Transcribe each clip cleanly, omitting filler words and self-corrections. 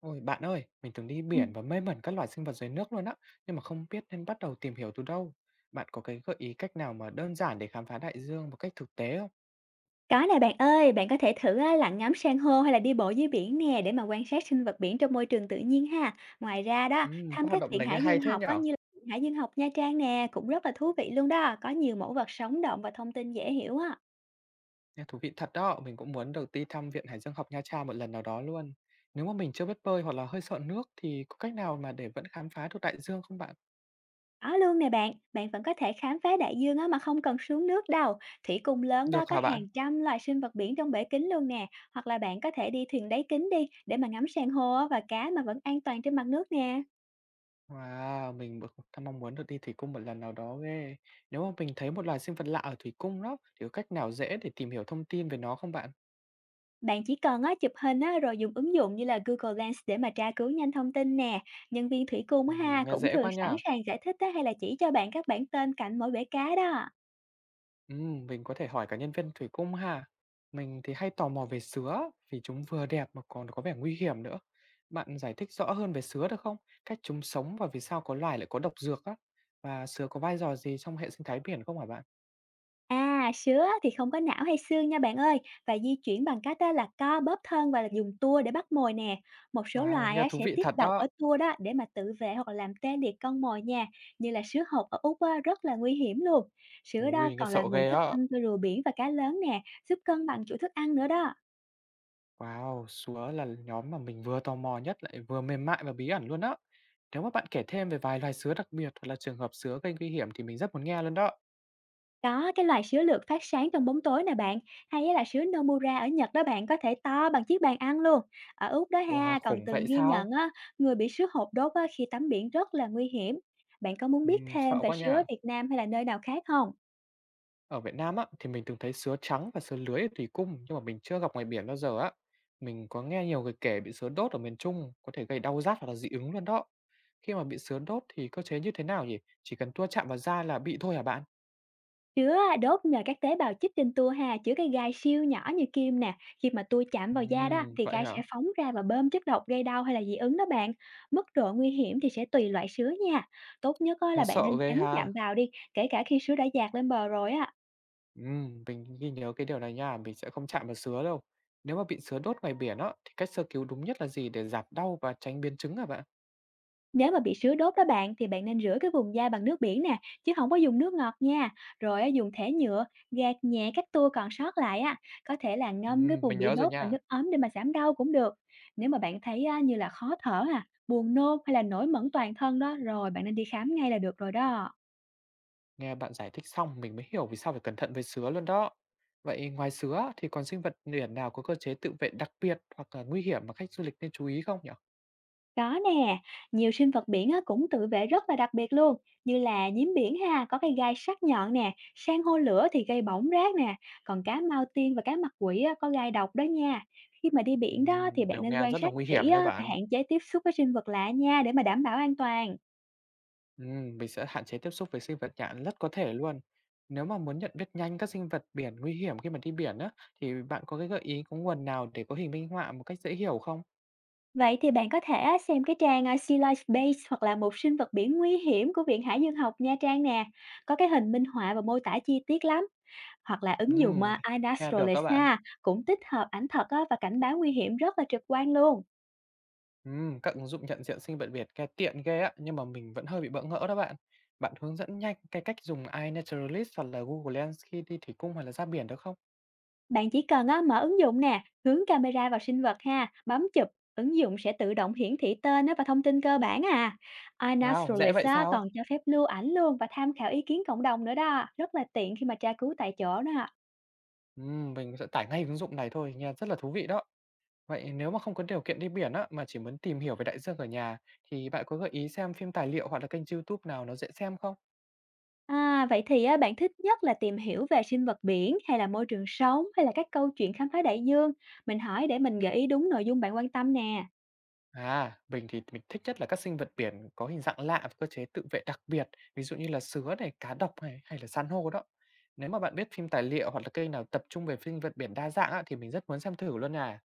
Ôi bạn ơi, mình từng đi Ừm, biển và mê mẩn các loài sinh vật dưới nước luôn á, nhưng mà không biết nên bắt đầu tìm hiểu từ đâu. Bạn có cái gợi ý cách nào mà đơn giản để khám phá đại dương một cách thực tế không? có nè bạn ơi, bạn có thể thử á, lặn ngắm san hô hay là đi bộ dưới biển nè để mà quan sát sinh vật biển trong môi trường tự nhiên ha. Ngoài ra đó, Có thăm hoạt các động viện này nghe hải hay dương thế học á, nhở? như là viện hải dương học Nha Trang nè cũng rất là thú vị luôn đó, có nhiều mẫu vật sống động và thông tin dễ hiểu á. Nghe thú vị thật đó, mình cũng muốn được đi thăm Viện Hải dương học Nha Trang một lần nào đó luôn. Nếu mà mình chưa biết bơi hoặc là hơi sợ nước thì có cách nào mà để vẫn khám phá được đại dương không bạn? Đó luôn nè bạn, bạn vẫn có thể khám phá đại dương á, mà không cần xuống nước đâu. Thủy cung lớn đó Được có hả bạn? hàng trăm loài sinh vật biển trong bể kính luôn nè, hoặc là bạn có thể đi thuyền đáy kính đi để mà ngắm san hô á, và cá mà vẫn an toàn trên mặt nước nè. Wow, thật mong muốn được đi thủy cung một lần nào đó ghê. Nếu mà mình thấy một loài sinh vật lạ ở thủy cung đó, thì có cách nào dễ để tìm hiểu thông tin về nó không bạn? Bạn chỉ cần á, chụp hình á, rồi dùng ứng dụng như là Google Lens để mà tra cứu nhanh thông tin nè. Nhân viên thủy cung á, ha Nghe cũng dễ thường quá sẵn nha. sàng giải thích á, hay là chỉ cho bạn các bản tên cạnh mỗi bể cá đó. Mình có thể hỏi cả nhân viên thủy cung ha. Mình thì hay tò mò về sứa vì chúng vừa đẹp mà còn có vẻ nguy hiểm nữa. Bạn giải thích rõ hơn về sứa được không? Cách chúng sống và vì sao có loài lại có độc dược á? Và sứa có vai trò gì trong hệ sinh thái biển không hả bạn? À, sứa thì không có não hay xương nha bạn ơi và di chuyển bằng cách á, là co bóp thân và là dùng tua để bắt mồi nè. Một số Wow, loài nghe á, thú sẽ vị thật tiết độc ở đó. tua đó để mà tự vệ hoặc là làm tê liệt con mồi nha. Như là sứa hột ở Úc á, rất là nguy hiểm luôn. Sứa đó Ui, nghe còn là sợ nguồn ghê thức á. ăn cho rùa biển và cá lớn nè, giúp cân bằng chuỗi thức ăn nữa đó. Wow, sứa là nhóm mà mình vừa tò mò nhất lại vừa mềm mại và bí ẩn luôn á. Nếu mà bạn kể thêm về vài loài sứa đặc biệt hoặc là trường hợp sứa gây nguy hiểm thì mình rất muốn nghe luôn đó. Có cái loài sứa lược phát sáng trong bóng tối nè bạn, hay á là sứa Nomura ở Nhật đó bạn có thể to bằng chiếc bàn ăn luôn. Ở Úc đó Wow, ha, còn khủng từng vậy ghi nhận sao? á, người bị sứa hột đốt á, khi tắm biển rất là nguy hiểm. Bạn có muốn biết thêm Sợ về quá sứa nha. Việt Nam hay là nơi nào khác không? Ở Việt Nam á, thì mình từng thấy sứa trắng và sứa lưới ở thủy cung nhưng mà mình chưa gặp ngoài biển bao giờ á. Mình có nghe nhiều người kể bị sứa đốt ở miền Trung có thể gây đau rát hoặc là dị ứng luôn đó. Khi mà bị sứa đốt thì cơ chế như thế nào nhỉ? Chỉ cần tua chạm vào da là bị thôi hả bạn? Chứa à, đốt nhờ các tế bào chích trên tua ha, chứa cái gai siêu nhỏ như kim nè. Khi mà tua chạm vào da đó thì Vậy gai sẽ hả? phóng ra và bơm chất độc gây đau hay là dị ứng đó bạn. Mức độ nguy hiểm thì sẽ tùy loại sứa nha. Tốt nhất á là Nghe bạn sợ nên ghê tránh ha. chạm vào đi, kể cả khi sứa đã dạt lên bờ rồi á. Mình ghi nhớ cái điều này nha, mình sẽ không chạm vào sứa đâu. Nếu mà bị sứa đốt ngoài biển á, thì cách sơ cứu đúng nhất là gì để giảm đau và tránh biến chứng hả bạn? Nếu mà bị sứa đốt đó bạn thì bạn nên rửa cái vùng da bằng nước biển nè, chứ không có dùng nước ngọt nha. Rồi á, dùng thẻ nhựa gạt nhẹ các tua còn sót lại á, có thể là ngâm cái vùng Mình bị nhớ rồi đốt vào nha. nước ấm để mà giảm đau cũng được. Nếu mà bạn thấy á, như là khó thở à, buồn nôn hay là nổi mẩn toàn thân đó, rồi bạn nên đi khám ngay là được rồi đó. Nghe bạn giải thích xong mình mới hiểu vì sao phải cẩn thận với sứa luôn đó. Vậy ngoài sứa thì còn sinh vật biển nào có cơ chế tự vệ đặc biệt hoặc là nguy hiểm mà khách du lịch nên chú ý không nhỉ? Có nè, nhiều sinh vật biển á, cũng tự vệ rất là đặc biệt luôn, như là nhím biển ha, có cái gai sắc nhọn nè, san hô lửa thì gây bỏng rát nè, còn cá mao tiên và cá mặt quỷ á, có gai độc đó nha. Khi mà đi biển đó thì bạn Đều nên nghe quan rất là sát nguy hiểm kỹ nha á, và bạn. hạn chế tiếp xúc với sinh vật lạ nha để mà đảm bảo an toàn. Mình sẽ hạn chế tiếp xúc với sinh vật nhạn rất có thể luôn. Nếu mà muốn nhận biết nhanh các sinh vật biển nguy hiểm khi mà đi biển á, thì bạn có cái gợi ý có nguồn nào để có hình minh họa một cách dễ hiểu không? Vậy thì bạn có thể á, xem cái trang à, Sea Life Base hoặc là một sinh vật biển nguy hiểm của Viện Hải Dương học Nha Trang nè, có cái hình minh họa và mô tả chi tiết lắm. Hoặc là ứng dụng, Ừm, a, nghe được iNaturalist đó bạn. ha, cũng tích hợp ảnh thật á và cảnh báo nguy hiểm rất là trực quan luôn. Các ứng dụng nhận diện sinh vật Việt nghe tiện ghê á, nhưng mà mình vẫn hơi bị bỡ ngỡ đó bạn. Bạn hướng dẫn nhanh cái cách dùng iNaturalist hoặc là Google Lens khi đi thủy cung hoặc là ra biển được không? Bạn chỉ cần á, mở ứng dụng nè, hướng camera vào sinh vật ha, bấm chụp, ứng dụng sẽ tự động hiển thị tên á và thông tin cơ bản à. Wow, dễ iNaturalist vậy á, sao? còn cho phép lưu ảnh luôn và tham khảo ý kiến cộng đồng nữa đó, rất là tiện khi mà tra cứu tại chỗ đó. Mình sẽ tải ngay ứng dụng này thôi, nghe rất là thú vị đó. Vậy nếu mà không có điều kiện đi biển á, mà chỉ muốn tìm hiểu về đại dương ở nhà, thì bạn có gợi ý xem phim tài liệu hoặc là kênh YouTube nào nó dễ xem không? À, vậy thì á, bạn thích nhất là tìm hiểu về sinh vật biển hay là môi trường sống hay là các câu chuyện khám phá đại dương? Mình hỏi để mình gợi ý đúng nội dung bạn quan tâm nè. À, mình thích nhất là các sinh vật biển có hình dạng lạ và cơ chế tự vệ đặc biệt, ví dụ như là sứa này, cá độc này hay là san hô đó. Nếu mà bạn biết phim tài liệu hoặc là kênh nào tập trung về sinh vật biển đa dạng á, thì mình rất muốn xem thử luôn nè.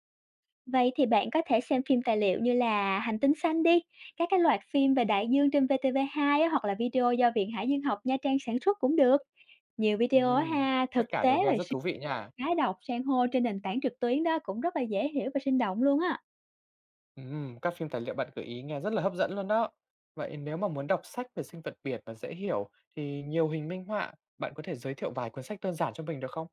Vậy thì bạn có thể xem phim tài liệu như là Hành tinh xanh đi, các cái loạt phim về đại dương trên VTV2 á, hoặc là video do Viện Hải dương học Nha Trang sản xuất cũng được. Nhiều video á Ừm, ha, tất thực cả tế đều nghe về rất sinh thú vị nha. thái độc san hô trên nền tảng trực tuyến đó cũng rất là dễ hiểu và sinh động luôn á. Các phim tài liệu bạn gợi ý nghe rất là hấp dẫn luôn đó. Vậy nếu mà muốn đọc sách về sinh vật biển và dễ hiểu thì nhiều hình minh họa, bạn có thể giới thiệu vài cuốn sách đơn giản cho mình được không?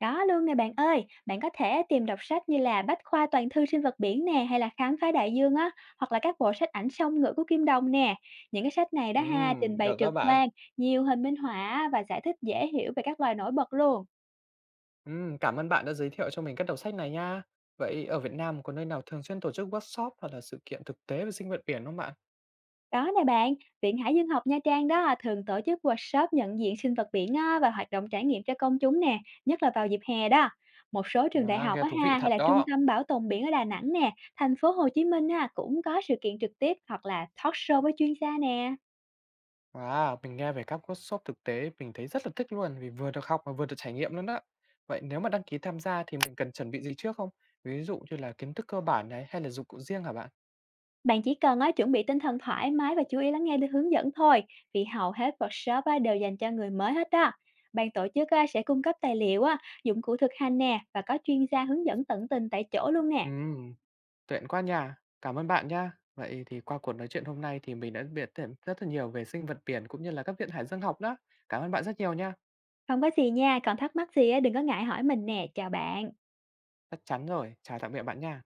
Đó luôn nè bạn ơi, bạn có thể tìm đọc sách như là Bách khoa toàn thư sinh vật biển nè hay là Khám phá đại dương á, hoặc là các bộ sách ảnh song ngữ của Kim Đồng nè. Những cái sách này đó ha, trình bày Được đó trực bạn. quan, nhiều hình minh họa và giải thích dễ hiểu về các loài nổi bật luôn. Cảm ơn bạn đã giới thiệu cho mình các đầu sách này nha. Vậy ở Việt Nam có nơi nào thường xuyên tổ chức workshop hoặc là sự kiện thực tế về sinh vật biển không bạn? Có nè bạn, Viện Hải dương học Nha Trang đó à, thường tổ chức workshop nhận diện sinh vật biển á, và hoạt động trải nghiệm cho công chúng nè, nhất là vào dịp hè đó. Một số trường đại À, học nghe á thú vị ha hay thật là trung đó. tâm bảo tồn biển ở Đà Nẵng nè, thành phố Hồ Chí Minh ha cũng có sự kiện trực tiếp hoặc là talk show với chuyên gia nè. À, mình nghe về các workshop thực tế mình thấy rất là thích luôn vì vừa được học mà vừa được trải nghiệm luôn đó. Vậy nếu mà đăng ký tham gia thì mình cần chuẩn bị gì trước không? Ví dụ như là kiến thức cơ bản này hay là dụng cụ riêng hả bạn? Bạn chỉ cần á, chuẩn bị tinh thần thoải mái và chú ý lắng nghe được hướng dẫn thôi, vì hầu hết workshop á, đều dành cho người mới hết đó. Ban tổ chức á, sẽ cung cấp tài liệu, á, dụng cụ thực hành nè và có chuyên gia hướng dẫn tận tình tại chỗ luôn nè. Ừm, tiện quá nha. Cảm ơn bạn nha. Vậy thì qua cuộc nói chuyện hôm nay thì mình đã biết thêm rất là nhiều về sinh vật biển cũng như là các viện hải dương học đó. Cảm ơn bạn rất nhiều nha. Không có gì nha, còn thắc mắc gì á đừng có ngại hỏi mình nè. Chào bạn. Chắc chắn rồi, chào tạm biệt bạn nha.